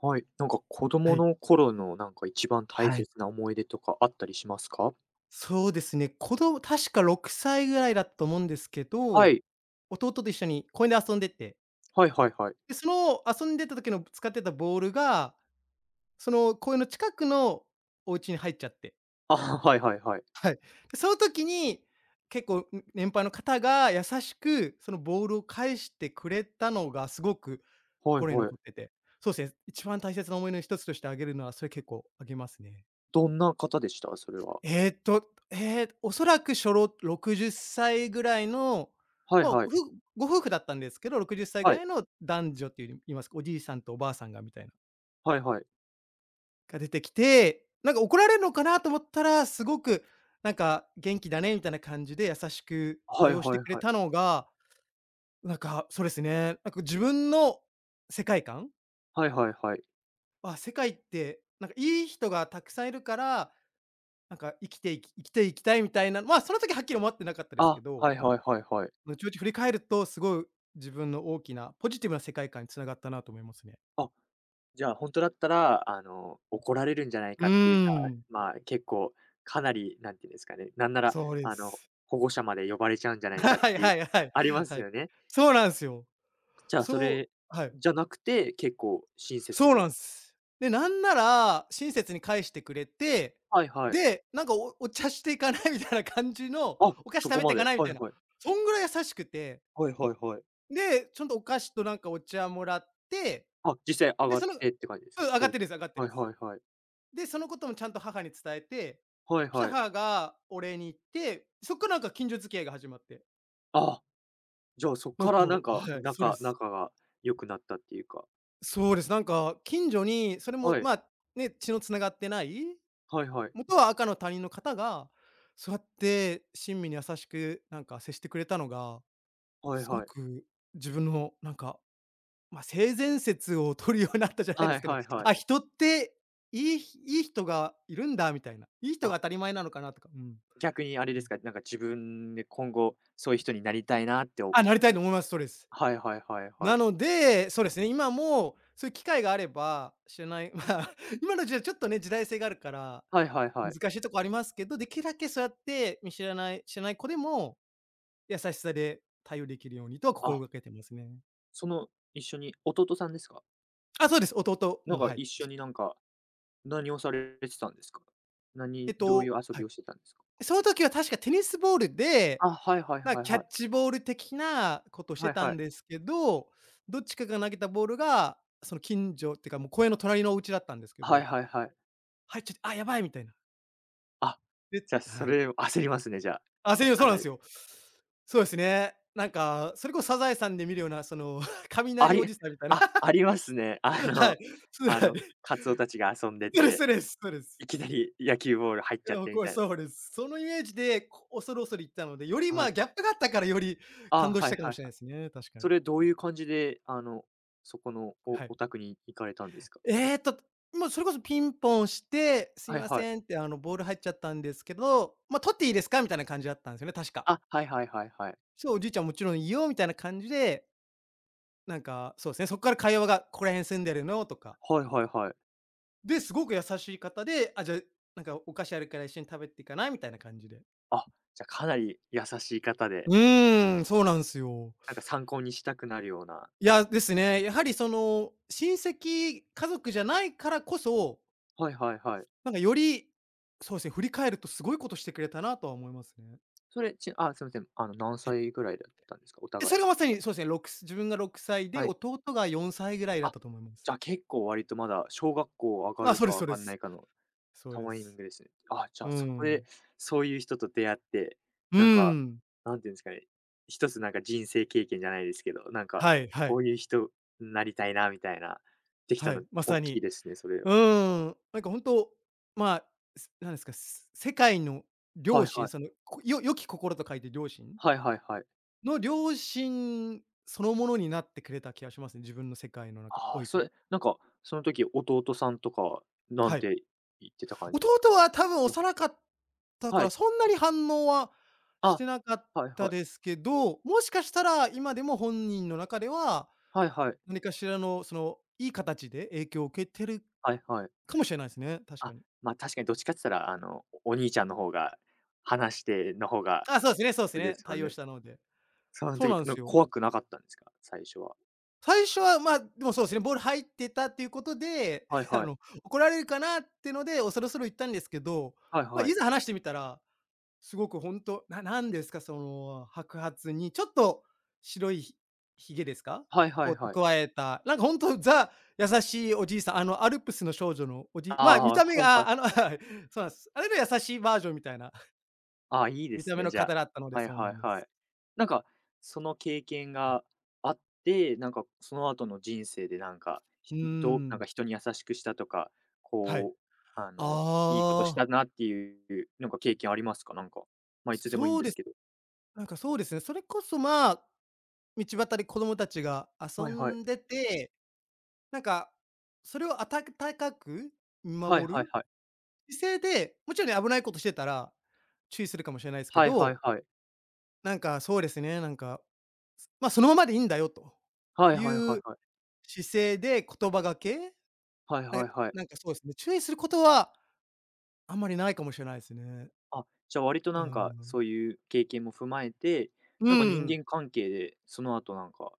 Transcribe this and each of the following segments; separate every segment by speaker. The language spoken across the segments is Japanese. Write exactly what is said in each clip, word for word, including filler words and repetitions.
Speaker 1: はい、なんか子
Speaker 2: は
Speaker 1: 供
Speaker 2: い。
Speaker 1: の頃のなんか一番大
Speaker 2: はい。
Speaker 1: 切な思い出とかあったりしますか？
Speaker 2: そうですね。子供確かろくさいぐらいだったと思うんですけ
Speaker 1: は
Speaker 2: ど、
Speaker 1: い。
Speaker 2: 弟と一緒に公園で遊んでて、
Speaker 1: はいはいはい。
Speaker 2: で、その遊んでた時の使ってたボールが、その公園の近くのお家に入っちゃって、
Speaker 1: あ、はいはいはい。
Speaker 2: はい。で、その時に、結構、ん、年配の方が優しく、そのボールを返してくれたのがすごく
Speaker 1: はい
Speaker 2: 心に
Speaker 1: はい。
Speaker 2: 残ってて、そうですね、一番大切な思い出の一つとして挙げるのは、それ結構挙げますね。
Speaker 1: どんな方でした？それは。
Speaker 2: えーっと、ええ、おそらく初老ろくじゅっさいぐらいの、
Speaker 1: はい
Speaker 2: まあ、ふ
Speaker 1: はい。
Speaker 2: ご夫婦だったんですけど、ろくじゅっさいぐ
Speaker 1: は
Speaker 2: ら
Speaker 1: い。
Speaker 2: いの男女っていう言いますか、おじいさんとおばあさんがみたいな、
Speaker 1: はいはい。
Speaker 2: が出てきて、なんか怒られるのかなと思ったら、すごくなんか「元気だね」みたいな感じで優しく
Speaker 1: は
Speaker 2: 対
Speaker 1: い
Speaker 2: 応し
Speaker 1: は
Speaker 2: て
Speaker 1: い
Speaker 2: くれ
Speaker 1: はい。
Speaker 2: たのが、なんか、そうですね、なんか自分の世界観、
Speaker 1: はいはいはい。
Speaker 2: あ、世界ってなんかいい人がたくさんいるから、なんか生きていき生きていきたいみたいな、まあ、その時はっきり思ってなかったです
Speaker 1: あ、
Speaker 2: けど、
Speaker 1: はいはいはいはい。
Speaker 2: 後々振り返ると、すごい自分の大きなポジティブな世界観に繋がったなと思いますね。
Speaker 1: あ、じゃあ、本当だったら、あの、怒られるんじゃない
Speaker 2: うー
Speaker 1: かっていうか、
Speaker 2: ん、
Speaker 1: まあ、結構かなり、なんていうんですかね、なんなら、
Speaker 2: そうで
Speaker 1: あの、
Speaker 2: す。
Speaker 1: 保護者まで呼ばれちゃうんじゃな いかっ
Speaker 2: はい
Speaker 1: てい
Speaker 2: は
Speaker 1: う、
Speaker 2: いはい。
Speaker 1: ありま
Speaker 2: は
Speaker 1: す
Speaker 2: い。
Speaker 1: よね。
Speaker 2: そうなんすよ。
Speaker 1: じゃあ、そ
Speaker 2: そう、
Speaker 1: れ
Speaker 2: はい。
Speaker 1: じゃなくて、結構親切
Speaker 2: そうな
Speaker 1: に。
Speaker 2: んす。で、なんなら、親切に返してくれて、
Speaker 1: はいはい。
Speaker 2: で、なんかおお茶していかないみたいな感じの、
Speaker 1: あ、
Speaker 2: お菓子
Speaker 1: そ
Speaker 2: 食
Speaker 1: こ
Speaker 2: べて
Speaker 1: ま
Speaker 2: か
Speaker 1: で。
Speaker 2: ないみ
Speaker 1: は
Speaker 2: た
Speaker 1: い
Speaker 2: いな、
Speaker 1: はい。
Speaker 2: そんぐらい優しくて、
Speaker 1: はいはいはい。
Speaker 2: で、ちょんとお菓子となんかお茶もらって、
Speaker 1: あ、実際上
Speaker 2: で、
Speaker 1: がっ
Speaker 2: その、うん、
Speaker 1: てって感じですか？
Speaker 2: 上が
Speaker 1: お
Speaker 2: って
Speaker 1: う
Speaker 2: るんです上がって
Speaker 1: は
Speaker 2: る
Speaker 1: い
Speaker 2: んです。
Speaker 1: はいはい。
Speaker 2: で、そのこともちゃんと母に伝えて、
Speaker 1: はい
Speaker 2: そしたら
Speaker 1: はい。
Speaker 2: 母がお礼に行って、そっからなんか近所付き合いが始まって。
Speaker 1: あ、じゃあ、そっ
Speaker 2: なん
Speaker 1: か
Speaker 2: か、
Speaker 1: らなんか
Speaker 2: はい、そうで
Speaker 1: 仲
Speaker 2: す。
Speaker 1: 仲が良くなったっていうか。
Speaker 2: そうです。なんか近所に、それも、
Speaker 1: はい。
Speaker 2: まあ、ね、血のつながってない、
Speaker 1: はいはい。
Speaker 2: 元は赤の他人の方が、そうやって親身に優しくなんか接してくれたのが、
Speaker 1: はい
Speaker 2: すご
Speaker 1: はい。
Speaker 2: く自分のなんか、まあ、性善説を取るようになったじゃないで
Speaker 1: は
Speaker 2: す
Speaker 1: い
Speaker 2: けど、
Speaker 1: はい はい。
Speaker 2: あ、人っていいいい人がいるんだみたいな、いい人
Speaker 1: あ、
Speaker 2: が当たり前なのかなとか、うん。
Speaker 1: 逆にあれですか、なんか自分で今後そういう人になりたいなってお
Speaker 2: あ、なりたいと思います、そうです。
Speaker 1: はいはいはいは
Speaker 2: な
Speaker 1: い。
Speaker 2: ので、そうですね、今もそういう機会があれば、知らない まあ、今の時代ちょっとね、時代性があるから、
Speaker 1: はいはいはい。
Speaker 2: 難しいとこありますけど、できるだけそうやって見知らない知らない子でも、優しさで対応できるようにとは心
Speaker 1: あ、
Speaker 2: がけてますね。
Speaker 1: その、一緒に弟さんですか？
Speaker 2: あ、そうです、弟
Speaker 1: な
Speaker 2: も、
Speaker 1: んか
Speaker 2: はい。
Speaker 1: 一緒になんか何をされてたんですか？
Speaker 2: えっ
Speaker 1: 何どうい
Speaker 2: と、
Speaker 1: う遊
Speaker 2: は
Speaker 1: び
Speaker 2: い。
Speaker 1: をしてたんですか？
Speaker 2: その時は確かテニスボールで、
Speaker 1: あ、はいはい
Speaker 2: なんか
Speaker 1: はい
Speaker 2: キャッ
Speaker 1: はい。
Speaker 2: チボール的なことをして
Speaker 1: はい
Speaker 2: た
Speaker 1: は
Speaker 2: ん
Speaker 1: い。
Speaker 2: ですけど、どっちかが投げたボールが、その近所っていうかもう公園の隣のお家だったんですけ
Speaker 1: はい
Speaker 2: ど、
Speaker 1: はいはい。
Speaker 2: 入っちゃって、あ、やばいみたいな。
Speaker 1: あ、
Speaker 2: で、
Speaker 1: じゃあ、そ
Speaker 2: はい。
Speaker 1: れ焦りますね、じゃあ。
Speaker 2: あ、声
Speaker 1: け
Speaker 2: 優、そ
Speaker 1: か
Speaker 2: うなん
Speaker 1: な
Speaker 2: で
Speaker 1: り。
Speaker 2: すよ。そうですね。なんか、それこそサザエさんで見るような、その、
Speaker 1: あ
Speaker 2: 雷お
Speaker 1: り
Speaker 2: じさんみたいな、
Speaker 1: あ、ありますね。あ
Speaker 2: は
Speaker 1: の、
Speaker 2: い。そう、
Speaker 1: あ
Speaker 2: は
Speaker 1: の、
Speaker 2: い。
Speaker 1: カツオたちが遊んで
Speaker 2: そうですそ
Speaker 1: て、
Speaker 2: うです、そうです。
Speaker 1: いきなり野球ボール入っ
Speaker 2: い
Speaker 1: ちゃっ
Speaker 2: や、
Speaker 1: てみ
Speaker 2: これ
Speaker 1: たいな。
Speaker 2: そうです。そのイメージで、こ恐る恐る行ったので、より、ま
Speaker 1: は
Speaker 2: あ、
Speaker 1: い。
Speaker 2: ギャップがあったから、より
Speaker 1: あ、
Speaker 2: 感動し
Speaker 1: はい
Speaker 2: たか
Speaker 1: は
Speaker 2: も
Speaker 1: いは
Speaker 2: し
Speaker 1: い。
Speaker 2: れないですね、確か
Speaker 1: そ
Speaker 2: に。
Speaker 1: れどういう感じで、あの、そこのお
Speaker 2: はい。
Speaker 1: お宅に行かれたんですか？
Speaker 2: えーっと、もうそれこそピンポンして、すい
Speaker 1: はい
Speaker 2: ま
Speaker 1: はい。
Speaker 2: せんって、あの、ボール入っちゃったんですけど、まあ、取っていいですかみたいな感じだったんですよね、確か。
Speaker 1: あ、はいはいはいはい。
Speaker 2: そう、おじいちゃんもちろんいいよみたいな感じで、なんか、そうですね、そこから会話が「ここら辺住んでるの？」とか。
Speaker 1: はいはいはい。
Speaker 2: で、すごく優しい方で、「あ、じゃあ、なんかお菓子あるから一緒に食べていかない？」みたいな感じで。
Speaker 1: あ、じゃあ、かなり優しい方で、
Speaker 2: うーん、そうなんすよ。
Speaker 1: なんか参考にしたくなるような
Speaker 2: いや、ですね、やは
Speaker 1: 感
Speaker 2: り
Speaker 1: じで
Speaker 2: そ
Speaker 1: す。
Speaker 2: の、親戚、家族じゃないからこそ、
Speaker 1: はいはいはい。
Speaker 2: なんかより、そうですね、振り返るとすごいことしてくれたなとは思いますね。
Speaker 1: それ、ちあ、すみません。あの、何
Speaker 2: はい。
Speaker 1: 歳ぐらいだったんですか？お
Speaker 2: え、そ
Speaker 1: 互い。
Speaker 2: れがまさにそうですね、ろくす自分がろくさいで、
Speaker 1: はい。
Speaker 2: 弟がよんさいぐらいだっ
Speaker 1: あ、
Speaker 2: たと思いま
Speaker 1: じ
Speaker 2: す。
Speaker 1: ゃあ、結構割とまだ小学校上が
Speaker 2: あ、
Speaker 1: る
Speaker 2: そうで
Speaker 1: か
Speaker 2: すそ
Speaker 1: 上
Speaker 2: うで
Speaker 1: がんな
Speaker 2: す。
Speaker 1: いかの
Speaker 2: そう
Speaker 1: タイ
Speaker 2: で
Speaker 1: ミン
Speaker 2: す。
Speaker 1: グですね。あ、じ
Speaker 2: う
Speaker 1: ゃあ
Speaker 2: ー
Speaker 1: そこで、
Speaker 2: ん。
Speaker 1: そういう人と出会って、
Speaker 2: うー
Speaker 1: なんか、
Speaker 2: ん。
Speaker 1: なんていうんですかね、一つなんか人生経験じゃないですけど、なんか、
Speaker 2: はいは
Speaker 1: こ
Speaker 2: い。
Speaker 1: ういう人になりたいなみたいな、できた
Speaker 2: は
Speaker 1: の、
Speaker 2: い、ま
Speaker 1: 大
Speaker 2: さ
Speaker 1: きい
Speaker 2: に。
Speaker 1: ですね、それ。
Speaker 2: うーん、なんか本当、まあ、すなんですか、す世界の
Speaker 1: は
Speaker 2: 良
Speaker 1: いは
Speaker 2: 心、
Speaker 1: い。
Speaker 2: その、こよ良き心と書いて良心
Speaker 1: はいはいはい。
Speaker 2: の良心そのものになってくれた気がしますね、自分の世界の中
Speaker 1: あ
Speaker 2: お
Speaker 1: あ、
Speaker 2: い
Speaker 1: そ
Speaker 2: て。
Speaker 1: れ、なんか、その時弟さんとか、なん
Speaker 2: はい。
Speaker 1: て言ってた感じですか？
Speaker 2: 弟は多分
Speaker 1: はいはい。
Speaker 2: 幼かったか
Speaker 1: は
Speaker 2: ら、
Speaker 1: い。
Speaker 2: そんなに反応はし
Speaker 1: あ、
Speaker 2: てなかっ
Speaker 1: はい
Speaker 2: た
Speaker 1: はい。
Speaker 2: ですけど、もしかしたら今でも本人の中では、
Speaker 1: はいはい。
Speaker 2: 何かしらのその、いい形で影響を受けてる
Speaker 1: はいはい。
Speaker 2: かもしれないですね、確か
Speaker 1: あ、
Speaker 2: に。
Speaker 1: ま、確かにどっちかっつったら、あの、おお兄ちゃんの方が話しての方が。
Speaker 2: あ、そうですねそうです
Speaker 1: そうで
Speaker 2: ね、
Speaker 1: すよ
Speaker 2: 対応
Speaker 1: ね。
Speaker 2: したので。
Speaker 1: その
Speaker 2: そうな
Speaker 1: 時、
Speaker 2: んで
Speaker 1: な
Speaker 2: す
Speaker 1: んか
Speaker 2: よ。
Speaker 1: 怖くなかったんですか？最初は。
Speaker 2: 最初は、まあ、でもそうですね、ボール入ってたっていうことで、
Speaker 1: はい
Speaker 2: あ
Speaker 1: はい。
Speaker 2: の、怒られるかなってので、恐る恐る言ったんですけど、
Speaker 1: はい
Speaker 2: まあ、
Speaker 1: は
Speaker 2: い
Speaker 1: い。
Speaker 2: ざ話してみたら、すごく本当ななんですか、その白髪にちょっと白いひひげですか？
Speaker 1: はいは
Speaker 2: を
Speaker 1: いはい。
Speaker 2: 蓄えた、なんか本当ザ優しいおじいさん、あのアルプスの少女のおじ
Speaker 1: あ
Speaker 2: いまあ、見
Speaker 1: あ、
Speaker 2: た目
Speaker 1: はいは
Speaker 2: が、
Speaker 1: い。
Speaker 2: あ、あの、はい、そうなんです。あれの優しいバージョンみたいな
Speaker 1: ああ、いいで
Speaker 2: 見
Speaker 1: す
Speaker 2: た目
Speaker 1: ね、
Speaker 2: の
Speaker 1: じゃ
Speaker 2: 方だったので、
Speaker 1: あ。はい
Speaker 2: そうな
Speaker 1: はい
Speaker 2: んで
Speaker 1: は
Speaker 2: す。
Speaker 1: い。なんか、その経験
Speaker 2: はい。
Speaker 1: があって、なんかその後の人生でなんか、
Speaker 2: う
Speaker 1: ひ
Speaker 2: ー
Speaker 1: どうなん
Speaker 2: ん、
Speaker 1: か人に優しくしたとか、
Speaker 2: はい。
Speaker 1: こう、
Speaker 2: あ
Speaker 1: あの、いいことし
Speaker 2: あ、
Speaker 1: たなっていうなんか経験ありますか？なんか、まあ、いつでもいいん
Speaker 2: そう
Speaker 1: で
Speaker 2: で
Speaker 1: す
Speaker 2: すね、
Speaker 1: けど。
Speaker 2: なんかそうですね、それこそ、まあ、道端で子供たちが遊
Speaker 1: はいはい。
Speaker 2: んでて、なんか、それをあたかく見
Speaker 1: はい
Speaker 2: 守
Speaker 1: はい
Speaker 2: る
Speaker 1: はい。
Speaker 2: 姿勢で、もちろんね、危ないことしてたら、注意するかもしれないですけ
Speaker 1: はいは
Speaker 2: ど、
Speaker 1: いはい。
Speaker 2: なんかそうですね、なんか、ま、そのままでいいんだよと
Speaker 1: はい
Speaker 2: い
Speaker 1: はいはい
Speaker 2: う
Speaker 1: はい。
Speaker 2: 姿勢で言葉がけ、
Speaker 1: はい
Speaker 2: なん
Speaker 1: はい
Speaker 2: か
Speaker 1: はい。
Speaker 2: なんかそうですね、注意することはあんまりないかもしれないですね。
Speaker 1: あ、じゃあ、割と
Speaker 2: う
Speaker 1: なんか、
Speaker 2: ん。
Speaker 1: そういう経験も踏まえて、
Speaker 2: う
Speaker 1: なんか人
Speaker 2: ん。
Speaker 1: 間関係で、その後なんか、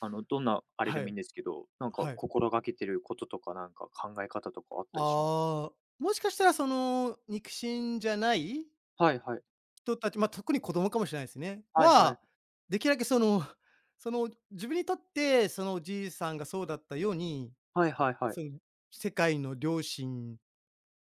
Speaker 1: あの、どんなあれで
Speaker 2: は
Speaker 1: もい
Speaker 2: い。
Speaker 1: いんですけど、なんか
Speaker 2: はい。
Speaker 1: 心がけてることとか、なんか考え方とかあったりします？
Speaker 2: ああ、もしかしたらその、肉親じゃない
Speaker 1: はいはい。
Speaker 2: 人たち、まあ、特に子供かもしれないですね。
Speaker 1: はいはい。
Speaker 2: は、できるだけその、その、自分にとって、そのおじいさんがそうだったように、
Speaker 1: はいはいはい。
Speaker 2: その、世界の両親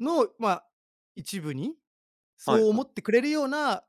Speaker 2: の、まあ、一部に、
Speaker 1: は
Speaker 2: そ
Speaker 1: い
Speaker 2: う
Speaker 1: は
Speaker 2: 思
Speaker 1: い。
Speaker 2: ってくれるような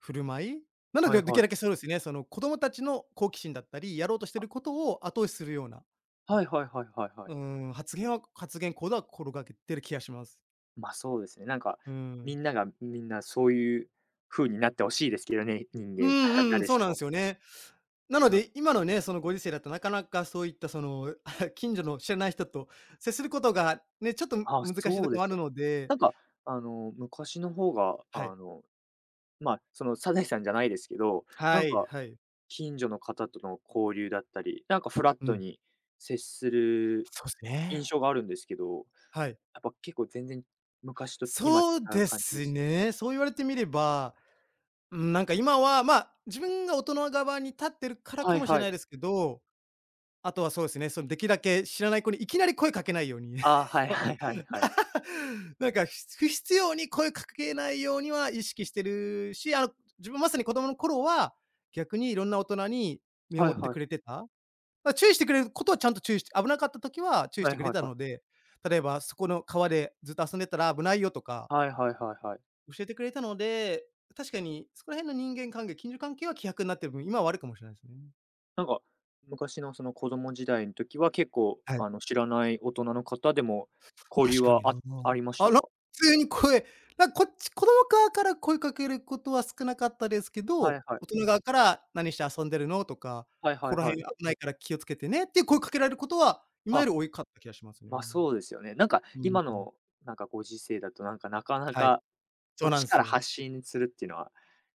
Speaker 2: 振る舞い？なの
Speaker 1: はい
Speaker 2: で、でき
Speaker 1: は
Speaker 2: る
Speaker 1: い。
Speaker 2: だけそうですね、その子供たちの好奇心だったり、やろうとしてることを後押しするような、
Speaker 1: はいはいはいはいは
Speaker 2: う
Speaker 1: い。
Speaker 2: ーん、発言は発言行動は心がけてる気がします。
Speaker 1: ま、あそうですね。なんか、
Speaker 2: う
Speaker 1: み
Speaker 2: ん。
Speaker 1: んながみんなそういう風になってほしいですけどね、人
Speaker 2: う
Speaker 1: 間、
Speaker 2: んうん、
Speaker 1: 誰
Speaker 2: そう
Speaker 1: し
Speaker 2: なんで
Speaker 1: も。
Speaker 2: すよね。なの
Speaker 1: な
Speaker 2: で、今のね、そのご時世だとなかなかそういったその 近所の知らない人と接することがね、ちょっと
Speaker 1: あ、
Speaker 2: 難しい
Speaker 1: そ
Speaker 2: と
Speaker 1: う
Speaker 2: ころ
Speaker 1: で
Speaker 2: もあ
Speaker 1: す
Speaker 2: る
Speaker 1: よね。
Speaker 2: ので、
Speaker 1: なんか、あの、昔の方が、
Speaker 2: はい。
Speaker 1: あのま、あ、そのサザエさんじゃないですけど、な
Speaker 2: は
Speaker 1: ん
Speaker 2: い
Speaker 1: か、
Speaker 2: はい。
Speaker 1: 近所の方との交流だったり、なんかフラッ
Speaker 2: う
Speaker 1: ト
Speaker 2: ん。
Speaker 1: に接する
Speaker 2: そうです
Speaker 1: 印
Speaker 2: ね。
Speaker 1: 象があるんですけど、
Speaker 2: はい。
Speaker 1: やっぱ結構全然昔と今違
Speaker 2: そう
Speaker 1: う
Speaker 2: で
Speaker 1: 感じで
Speaker 2: す
Speaker 1: す。
Speaker 2: ね。そう言われてみれば、うん、なんか今は、まあ、自分が大人側に立ってるから
Speaker 1: は
Speaker 2: か
Speaker 1: い
Speaker 2: もしれ
Speaker 1: は
Speaker 2: な
Speaker 1: い。
Speaker 2: いですけど、あとはそうですね、そのできるだけ知らない子にいきなり声かけないように。
Speaker 1: ああ、はい
Speaker 2: その
Speaker 1: はいはいはい。
Speaker 2: なんか、ひ不必要に声かけないようには意識してるし、あの、自分まさに子供の頃は、逆にいろんな大人に見
Speaker 1: はい
Speaker 2: 守って
Speaker 1: はい。
Speaker 2: くれてた。ま、注意してくれることはちゃんと注意して危なかった時は注意し
Speaker 1: は
Speaker 2: て
Speaker 1: い
Speaker 2: くれ
Speaker 1: はい
Speaker 2: た
Speaker 1: はい。
Speaker 2: ので、例えばそこの川でずっと遊んでたら危ないよとか
Speaker 1: はいはいはいはい。
Speaker 2: 教えてくれたので、確かにそこら辺の人間関係、近所関係は希薄になってる分、今は悪いかもしれないですね。
Speaker 1: なんか、昔のその子供時代の時は結構、
Speaker 2: はい。
Speaker 1: あの、知らない大人の方でも交流
Speaker 2: 確か
Speaker 1: は
Speaker 2: にな。
Speaker 1: あありまし
Speaker 2: あ
Speaker 1: た
Speaker 2: ら、普
Speaker 1: か？
Speaker 2: 通に声、なんこっち、子供側から声かけることは少なかったですけ
Speaker 1: は
Speaker 2: ど、
Speaker 1: いはい。
Speaker 2: 大人側から「何して遊んでるの？」とか、
Speaker 1: はい
Speaker 2: 「こ
Speaker 1: は
Speaker 2: こ
Speaker 1: い
Speaker 2: ら
Speaker 1: は
Speaker 2: 辺
Speaker 1: い。
Speaker 2: 危ないから気をつけてね」っていう声かけられることは、今
Speaker 1: あ
Speaker 2: より多いかった気がしますね。
Speaker 1: ま、あ、そうですよね。なんか
Speaker 2: うん
Speaker 1: 今
Speaker 2: うん。
Speaker 1: の、なんかご時世だと、なんかなかな
Speaker 2: はい、
Speaker 1: か、
Speaker 2: そ
Speaker 1: こ
Speaker 2: う
Speaker 1: っ
Speaker 2: な
Speaker 1: ち
Speaker 2: ん
Speaker 1: か
Speaker 2: す
Speaker 1: ら
Speaker 2: よ。
Speaker 1: 発信するっていうのは、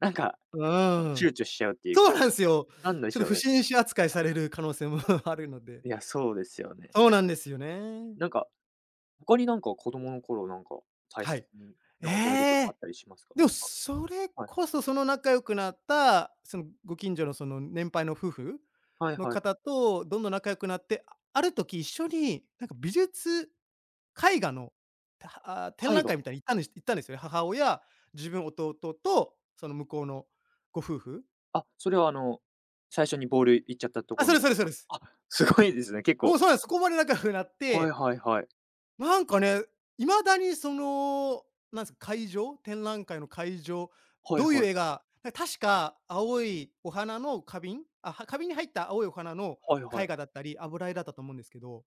Speaker 1: なんか、
Speaker 2: うーん。
Speaker 1: 躊躇しちゃうっていう
Speaker 2: そう
Speaker 1: か、
Speaker 2: なんすよ。
Speaker 1: なんで
Speaker 2: ちょ
Speaker 1: し
Speaker 2: っと
Speaker 1: ょう
Speaker 2: 不
Speaker 1: ね。
Speaker 2: 審者扱いされる可能性も あるので。
Speaker 1: いや、そうですよね。
Speaker 2: そうなんですよね。
Speaker 1: なんか、他になんか子供の頃なんか大
Speaker 2: は
Speaker 1: 切
Speaker 2: い。え
Speaker 1: な思い出とかあ
Speaker 2: え！
Speaker 1: ったりしますか？
Speaker 2: でも、それ
Speaker 1: はいは
Speaker 2: こ
Speaker 1: い。
Speaker 2: そ、その仲良くなった、そのご近所のその年配の夫婦
Speaker 1: はい
Speaker 2: の
Speaker 1: はい。
Speaker 2: 方とどんどん仲良くなって、あある時一緒になんか美術絵画の、たあ、展
Speaker 1: 絵
Speaker 2: 覧
Speaker 1: 画。
Speaker 2: 会みたいに行ったんです行ったんですよね。母親、自分、弟とその向こうのご夫婦。
Speaker 1: あ、それはあの、最初にボール行っちゃったと
Speaker 2: あ、
Speaker 1: ころ
Speaker 2: そうです
Speaker 1: の。
Speaker 2: そうですそうです。
Speaker 1: あ、すごいですね、結
Speaker 2: も
Speaker 1: 構。
Speaker 2: うそうなんです。そこまで仲良くなっ
Speaker 1: はい
Speaker 2: て、
Speaker 1: はいはい。
Speaker 2: なんかね、いまだにその、なんすか、会場展覧会の会場、
Speaker 1: はい
Speaker 2: どういう
Speaker 1: はい。
Speaker 2: 絵が、な確か青いお花の花瓶あ、は花瓶に入った青いお花の
Speaker 1: はいは
Speaker 2: 絵
Speaker 1: い。
Speaker 2: 画だったり、油絵だったと思うんですけど、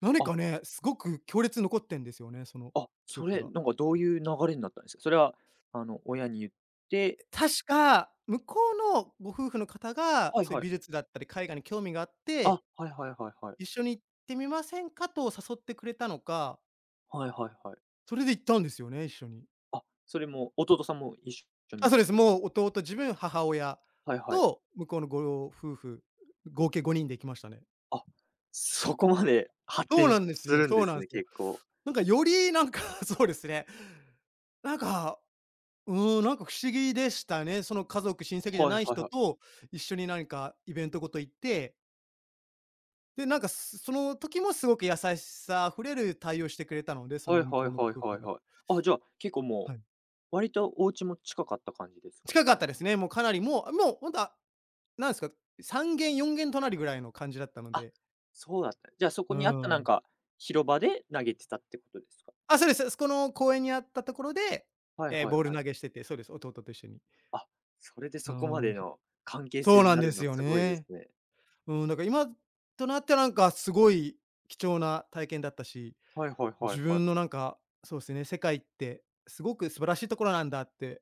Speaker 2: 何
Speaker 1: あ
Speaker 2: かね、すごく強烈に残ってんですよね、その
Speaker 1: あ、
Speaker 2: 記
Speaker 1: そ
Speaker 2: 憶
Speaker 1: れ、
Speaker 2: が。
Speaker 1: なんかどういう流れになったんですか？それは、あの、親に言って。
Speaker 2: 確か、向こうのご夫婦の方が、
Speaker 1: はい
Speaker 2: そういう
Speaker 1: はい。
Speaker 2: 美術だったり絵画に興味があって、
Speaker 1: あ、はいはいはいはい。
Speaker 2: 一緒に行ってみませんかと誘ってくれたのか、
Speaker 1: はいはいはい。
Speaker 2: それで行ったんですよね、一緒に。
Speaker 1: あ、それも弟さんも一緒
Speaker 2: あ、
Speaker 1: にっ
Speaker 2: そうで
Speaker 1: て
Speaker 2: す。
Speaker 1: こと？
Speaker 2: もう弟、自分、母親
Speaker 1: はいはい。
Speaker 2: と向こうのご夫婦、合計ごにんで行きましたね。
Speaker 1: あ、そこまで発
Speaker 2: そう
Speaker 1: 展
Speaker 2: な
Speaker 1: す
Speaker 2: んですよ
Speaker 1: るん
Speaker 2: そ
Speaker 1: で
Speaker 2: うな
Speaker 1: す
Speaker 2: んす
Speaker 1: ね、
Speaker 2: よ。
Speaker 1: 結構。
Speaker 2: なんかよりなんか、そうですね。なんか、うん、なんか不思議でしたね。その家族、親戚じゃ
Speaker 1: はい
Speaker 2: ない
Speaker 1: はい
Speaker 2: 人
Speaker 1: はい。
Speaker 2: と一緒に何かイベントごと行って、で、なんか、すその時もすごく優しさあふれる対応してくれたので、そ
Speaker 1: は
Speaker 2: の
Speaker 1: い
Speaker 2: 向
Speaker 1: は
Speaker 2: こ
Speaker 1: い
Speaker 2: うの
Speaker 1: はい
Speaker 2: ご夫婦
Speaker 1: はい
Speaker 2: が。
Speaker 1: はい。あ、じゃあ、結構
Speaker 2: は
Speaker 1: も
Speaker 2: い。
Speaker 1: う、割とお家も近かった感じですか？
Speaker 2: 近
Speaker 1: そ
Speaker 2: かっ
Speaker 1: の。
Speaker 2: たですね。もうかなりもう、もうほんと、あ、なんすか、さん軒よん軒隣ぐらいの感じだったの
Speaker 1: あ、
Speaker 2: で。
Speaker 1: そうだった。じゃあ、そ
Speaker 2: う
Speaker 1: こにあったなん
Speaker 2: ん。
Speaker 1: か、広場で投げてたってことですか？
Speaker 2: あ、そうです。そこの公園にあったところで、
Speaker 1: はい
Speaker 2: ええ、
Speaker 1: はい
Speaker 2: ボール
Speaker 1: はい。
Speaker 2: 投げしてて、そうです、弟と一緒に。
Speaker 1: あ、それで
Speaker 2: あ
Speaker 1: そこま
Speaker 2: の、
Speaker 1: での関係
Speaker 2: そ
Speaker 1: 性
Speaker 2: う
Speaker 1: に
Speaker 2: なん
Speaker 1: な
Speaker 2: で
Speaker 1: る
Speaker 2: す
Speaker 1: の
Speaker 2: よ
Speaker 1: すごいです
Speaker 2: ね。
Speaker 1: ね。
Speaker 2: うん、だから今となってはなんかすごい貴重な体験だったし、
Speaker 1: はいはいはい
Speaker 2: 自
Speaker 1: はい。
Speaker 2: 分のなんか、そうですね、世界ってすごく素晴らしいところなんだって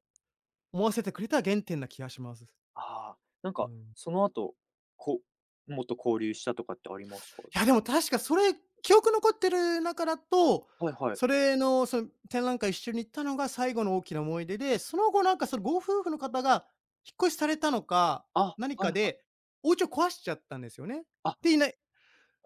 Speaker 2: 思わせてくれた原点な気がします。
Speaker 1: ああ、なん
Speaker 2: う
Speaker 1: か
Speaker 2: ん。
Speaker 1: その後、こもっと交流したとかってありますか？
Speaker 2: いや、でも確かそれ、記憶残ってる中だと、
Speaker 1: はいはい。
Speaker 2: それの、その、展覧会一緒に行ったのが最後の大きな思い出で、その後なんかそのご夫婦の方が引っ越しされたのか、
Speaker 1: あ、
Speaker 2: 何
Speaker 1: は
Speaker 2: か
Speaker 1: いはい。
Speaker 2: で、お家を壊しちゃったんですよね。
Speaker 1: あ、
Speaker 2: で、いない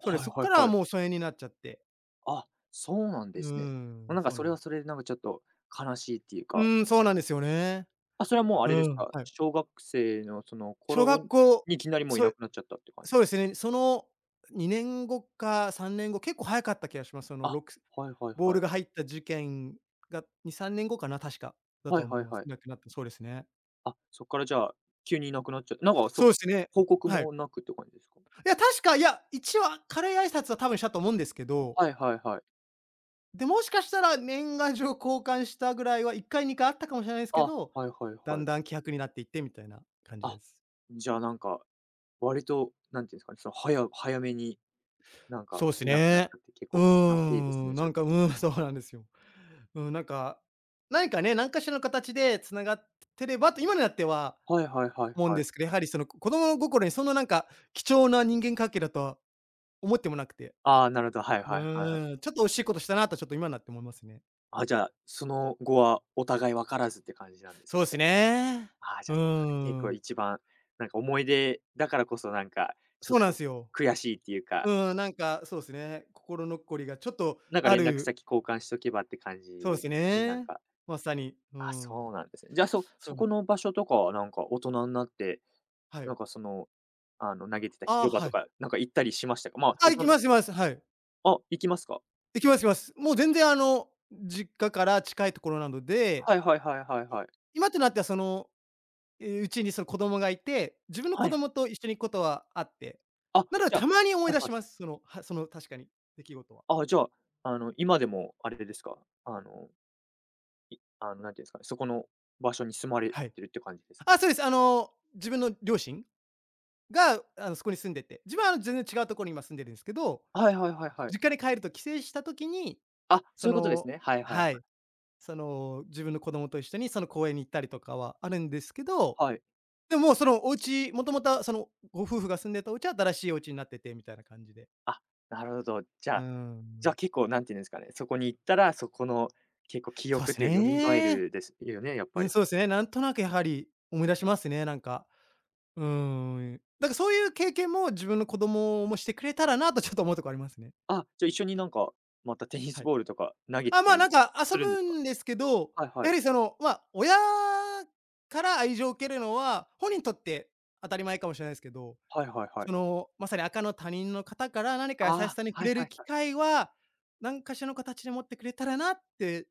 Speaker 2: そうです。
Speaker 1: い
Speaker 2: そっ
Speaker 1: はい
Speaker 2: からは
Speaker 1: はい。
Speaker 2: もう疎遠になっちゃって。
Speaker 1: あ、そうなん
Speaker 2: う
Speaker 1: ですね。
Speaker 2: ー
Speaker 1: ま、
Speaker 2: ん、
Speaker 1: なんか
Speaker 2: そう
Speaker 1: そ
Speaker 2: なん
Speaker 1: れ
Speaker 2: で
Speaker 1: は
Speaker 2: す。
Speaker 1: それでなんかちょっと悲しいっていう
Speaker 2: う
Speaker 1: か。
Speaker 2: ーん、そうなんですよね。
Speaker 1: あ、それはもうあ
Speaker 2: う
Speaker 1: れです
Speaker 2: ん、
Speaker 1: か、
Speaker 2: はい。
Speaker 1: 小学生のその
Speaker 2: 小
Speaker 1: 頃
Speaker 2: 学校、
Speaker 1: にいきなりもうい
Speaker 2: そ
Speaker 1: な
Speaker 2: う
Speaker 1: くなっちゃったって感じ？
Speaker 2: そうですね、そのにねんごかさんねんご、結構早かった気がします。その
Speaker 1: あ、
Speaker 2: ろく
Speaker 1: はいはい
Speaker 2: ボー
Speaker 1: は
Speaker 2: ル
Speaker 1: い。
Speaker 2: が入った事件がに、さんねんごかな、確かだ
Speaker 1: は
Speaker 2: と
Speaker 1: い
Speaker 2: 思
Speaker 1: は
Speaker 2: い
Speaker 1: い
Speaker 2: ます。
Speaker 1: はい。
Speaker 2: なくなった、そうですね。
Speaker 1: あ、そっからじゃあ、急にいなくなっちゃった、なんか
Speaker 2: そう
Speaker 1: そ
Speaker 2: ですね、
Speaker 1: 報告
Speaker 2: はい。
Speaker 1: もなくって感じですか？
Speaker 2: いや、確か、いや、一応軽い挨拶は多分したと思うんですけど、
Speaker 1: はいはいはい。
Speaker 2: で、もしかしたら年賀状交換したぐらいはいっかいにかいあったかもしれないですけ
Speaker 1: あ、
Speaker 2: ど、
Speaker 1: はいはい
Speaker 2: だ
Speaker 1: は
Speaker 2: ん
Speaker 1: い。
Speaker 2: だん希薄になっていってみたいな感じで
Speaker 1: あ、
Speaker 2: す。
Speaker 1: じゃあなんか、割と、なんていうんですかね、その、早早めに、なんか
Speaker 2: そうです
Speaker 1: いなくなっち
Speaker 2: ね。
Speaker 1: ゃって結
Speaker 2: うー
Speaker 1: 構悲しいです
Speaker 2: ん、
Speaker 1: ね、じ
Speaker 2: な
Speaker 1: ゃあ。
Speaker 2: んか、うーん、そうなんですよ。うん、なんか、何かね、何かしらの形で繋がってればと今になっては
Speaker 1: はいはいはい
Speaker 2: 思うん
Speaker 1: は
Speaker 2: で
Speaker 1: い。
Speaker 2: すけど、やはりその、子供心にそんななんか、貴重な人間関係だとは思ってもなくて。
Speaker 1: ああ、なるほど、はい
Speaker 2: う
Speaker 1: はいはいはい。
Speaker 2: ーん、ちょっと惜しいことしたなとちょっと今になって思いますね。
Speaker 1: あ、じゃあ、その後はお互い分からずって感じなんです
Speaker 2: そうで
Speaker 1: ね、じ
Speaker 2: す
Speaker 1: ゃ
Speaker 2: ね。
Speaker 1: あ。ああ、じ
Speaker 2: う
Speaker 1: ゃ
Speaker 2: ー
Speaker 1: あ、それ結構
Speaker 2: ん。
Speaker 1: 一番、なんか思い出だからこそなんか、ちょっ
Speaker 2: そうなん
Speaker 1: と
Speaker 2: すよ。
Speaker 1: 悔しいっていうか、
Speaker 2: うん、なんか、そうですね、心残りがちょっと
Speaker 1: なんか
Speaker 2: あ
Speaker 1: 連絡
Speaker 2: る。
Speaker 1: 先交換しとけばって感じ
Speaker 2: そうです
Speaker 1: ですね、なん
Speaker 2: ね。
Speaker 1: か。
Speaker 2: まさに。う
Speaker 1: あ、
Speaker 2: ん。
Speaker 1: そうなんですね。じゃあ、そ
Speaker 2: そう
Speaker 1: そ
Speaker 2: なん
Speaker 1: この場所とかはなんか大人になって、
Speaker 2: はい。
Speaker 1: なんかその、あの、投げてた
Speaker 2: ああ、
Speaker 1: 広場
Speaker 2: は
Speaker 1: と
Speaker 2: い。
Speaker 1: か、なんか行ったりしましたか？まあ、
Speaker 2: あ、
Speaker 1: 大
Speaker 2: 行き
Speaker 1: 人。
Speaker 2: ます行きます。はい。
Speaker 1: あ、行きますか？
Speaker 2: 行きます行きます。もう全然あの、実家から近いところなので、
Speaker 1: はいはいはいはいはい。
Speaker 2: 今となってはその、え、うちにその子供がいて、自分の
Speaker 1: は
Speaker 2: 子
Speaker 1: い。
Speaker 2: 供と一緒に行くことはあって、
Speaker 1: あ、
Speaker 2: なので
Speaker 1: じゃ
Speaker 2: た
Speaker 1: あ。
Speaker 2: まに思い
Speaker 1: はい
Speaker 2: 出
Speaker 1: は
Speaker 2: しま
Speaker 1: い。
Speaker 2: す。その、はその確かに、出来事は。
Speaker 1: ああ、じゃあ、あの、今でもあれですか？あの、いあの、なんていうんですかね、そこの場所に住まれ
Speaker 2: はい。
Speaker 1: てるって感じですか？
Speaker 2: あ、
Speaker 1: じゃ
Speaker 2: そうです。あ
Speaker 1: あ。
Speaker 2: の、自分の両親が、あの、そこに住んでて、自分はあの、全然違うところに今住んでるんですけど、
Speaker 1: はいはいはいはい。
Speaker 2: 実家に帰ると帰省した時に、
Speaker 1: あ、
Speaker 2: そ
Speaker 1: そういうことです
Speaker 2: の
Speaker 1: ね。はいはいはい。
Speaker 2: はい、その、自分の子供と一緒にその公園に行ったりとかはあるんですけど、
Speaker 1: はい。
Speaker 2: でも、そのお家、もともとそのご夫婦が住んでたお家は新しいお家になっててみたいな感じで。
Speaker 1: あ、なるほど。じゃ
Speaker 2: うー
Speaker 1: あじゃ
Speaker 2: ん。
Speaker 1: あ結構なんていうんですかね、そこに行ったら、そこの結構記
Speaker 2: そうで
Speaker 1: 憶っ
Speaker 2: す
Speaker 1: ていう蘇
Speaker 2: ね。
Speaker 1: るですよね、やっ
Speaker 2: う
Speaker 1: ぱ
Speaker 2: ん、
Speaker 1: り。
Speaker 2: そうですね。なんとなくやはり思い出しますね、なんか。うーん。だからそういう経験も自分の子供もしてくれたらなとちょっと思うとこありますね。
Speaker 1: あ、じゃあ一緒になんか、またテニ
Speaker 2: は
Speaker 1: ス
Speaker 2: い。
Speaker 1: ボールとか投げ
Speaker 2: あ、
Speaker 1: てた
Speaker 2: まあ、
Speaker 1: り
Speaker 2: なんか遊
Speaker 1: するんで
Speaker 2: ぶ
Speaker 1: すか？
Speaker 2: んですけど、
Speaker 1: はいは
Speaker 2: や
Speaker 1: い。
Speaker 2: はりその、まあ、親から愛情を受けるのは、本人にとって当たり前かもしれないですけど、
Speaker 1: はいはいはい。
Speaker 2: その、まさに赤の他人の方から何か
Speaker 1: あ
Speaker 2: 優し
Speaker 1: あ、
Speaker 2: さに触
Speaker 1: はい
Speaker 2: れ
Speaker 1: は
Speaker 2: る
Speaker 1: い
Speaker 2: 機
Speaker 1: はい。
Speaker 2: 会は、何かしらの形で持ってくれたらなって、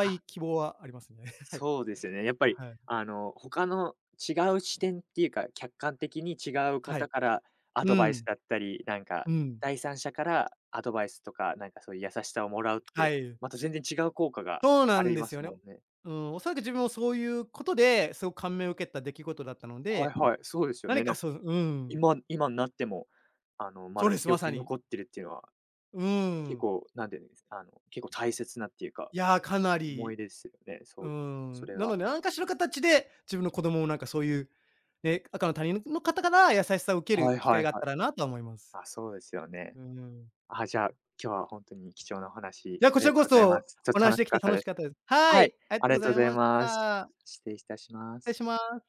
Speaker 1: あ、
Speaker 2: い希望はありますね。はい。
Speaker 1: そうですよね。やっぱり
Speaker 2: はい。
Speaker 1: あの、他の違う視点っていうか、客観的に違う
Speaker 2: はい。
Speaker 1: 方からア
Speaker 2: う
Speaker 1: ドバイス
Speaker 2: ん。
Speaker 1: だったり、なんか、
Speaker 2: うん。
Speaker 1: 第三者からアドバイスとか、なんかそういう優しさをもらうっ
Speaker 2: は
Speaker 1: て、
Speaker 2: い。
Speaker 1: また全然違う効果が
Speaker 2: そうな
Speaker 1: あ
Speaker 2: ん
Speaker 1: り
Speaker 2: で
Speaker 1: ま
Speaker 2: すよ
Speaker 1: す
Speaker 2: ね。
Speaker 1: もんね。
Speaker 2: うん、おそらく自分もそういうことで、すごく感銘を受けた出来事だったの
Speaker 1: はい
Speaker 2: で、
Speaker 1: はい、そうですよ
Speaker 2: 何
Speaker 1: ね。な
Speaker 2: か
Speaker 1: んか
Speaker 2: そう、うん、
Speaker 1: 今今になっても、あの、ま
Speaker 2: そう
Speaker 1: だ
Speaker 2: です、
Speaker 1: 記
Speaker 2: ま
Speaker 1: 憶
Speaker 2: さ
Speaker 1: に
Speaker 2: に。
Speaker 1: 残ってるっていうのは、
Speaker 2: う
Speaker 1: 結
Speaker 2: ん。
Speaker 1: 構、なんていうんです、あの、結構大切なっていうか、
Speaker 2: いやー、かな
Speaker 1: 思
Speaker 2: り、
Speaker 1: い出ですよね、
Speaker 2: う
Speaker 1: そう、そ
Speaker 2: ん。
Speaker 1: れ
Speaker 2: な
Speaker 1: は。
Speaker 2: ので、何かしらの形で、自分の子供もなんかそういうで、赤の他人の方から優しさを受け
Speaker 1: は
Speaker 2: る
Speaker 1: い
Speaker 2: 機
Speaker 1: は
Speaker 2: 会
Speaker 1: い
Speaker 2: があっ
Speaker 1: はい。
Speaker 2: たらなとは思います。
Speaker 1: あ、そうですよね。
Speaker 2: うん。
Speaker 1: あ、じゃあ、今日は本当に貴重なお
Speaker 2: い
Speaker 1: 話
Speaker 2: や、
Speaker 1: あ
Speaker 2: こち
Speaker 1: り
Speaker 2: ら
Speaker 1: がと
Speaker 2: こ
Speaker 1: うございま
Speaker 2: そ
Speaker 1: す。ちょっ
Speaker 2: お
Speaker 1: と
Speaker 2: 話し
Speaker 1: 楽
Speaker 2: で
Speaker 1: し
Speaker 2: き
Speaker 1: か
Speaker 2: て
Speaker 1: った
Speaker 2: 楽
Speaker 1: で
Speaker 2: し
Speaker 1: す。
Speaker 2: かったです。は
Speaker 1: は
Speaker 2: い、
Speaker 1: い、
Speaker 2: ありが
Speaker 1: あ
Speaker 2: とう
Speaker 1: り
Speaker 2: ご
Speaker 1: がと
Speaker 2: ざ
Speaker 1: う
Speaker 2: い
Speaker 1: ござい
Speaker 2: まし
Speaker 1: ます。
Speaker 2: た。
Speaker 1: 失礼いたしま
Speaker 2: 失礼
Speaker 1: す。
Speaker 2: します。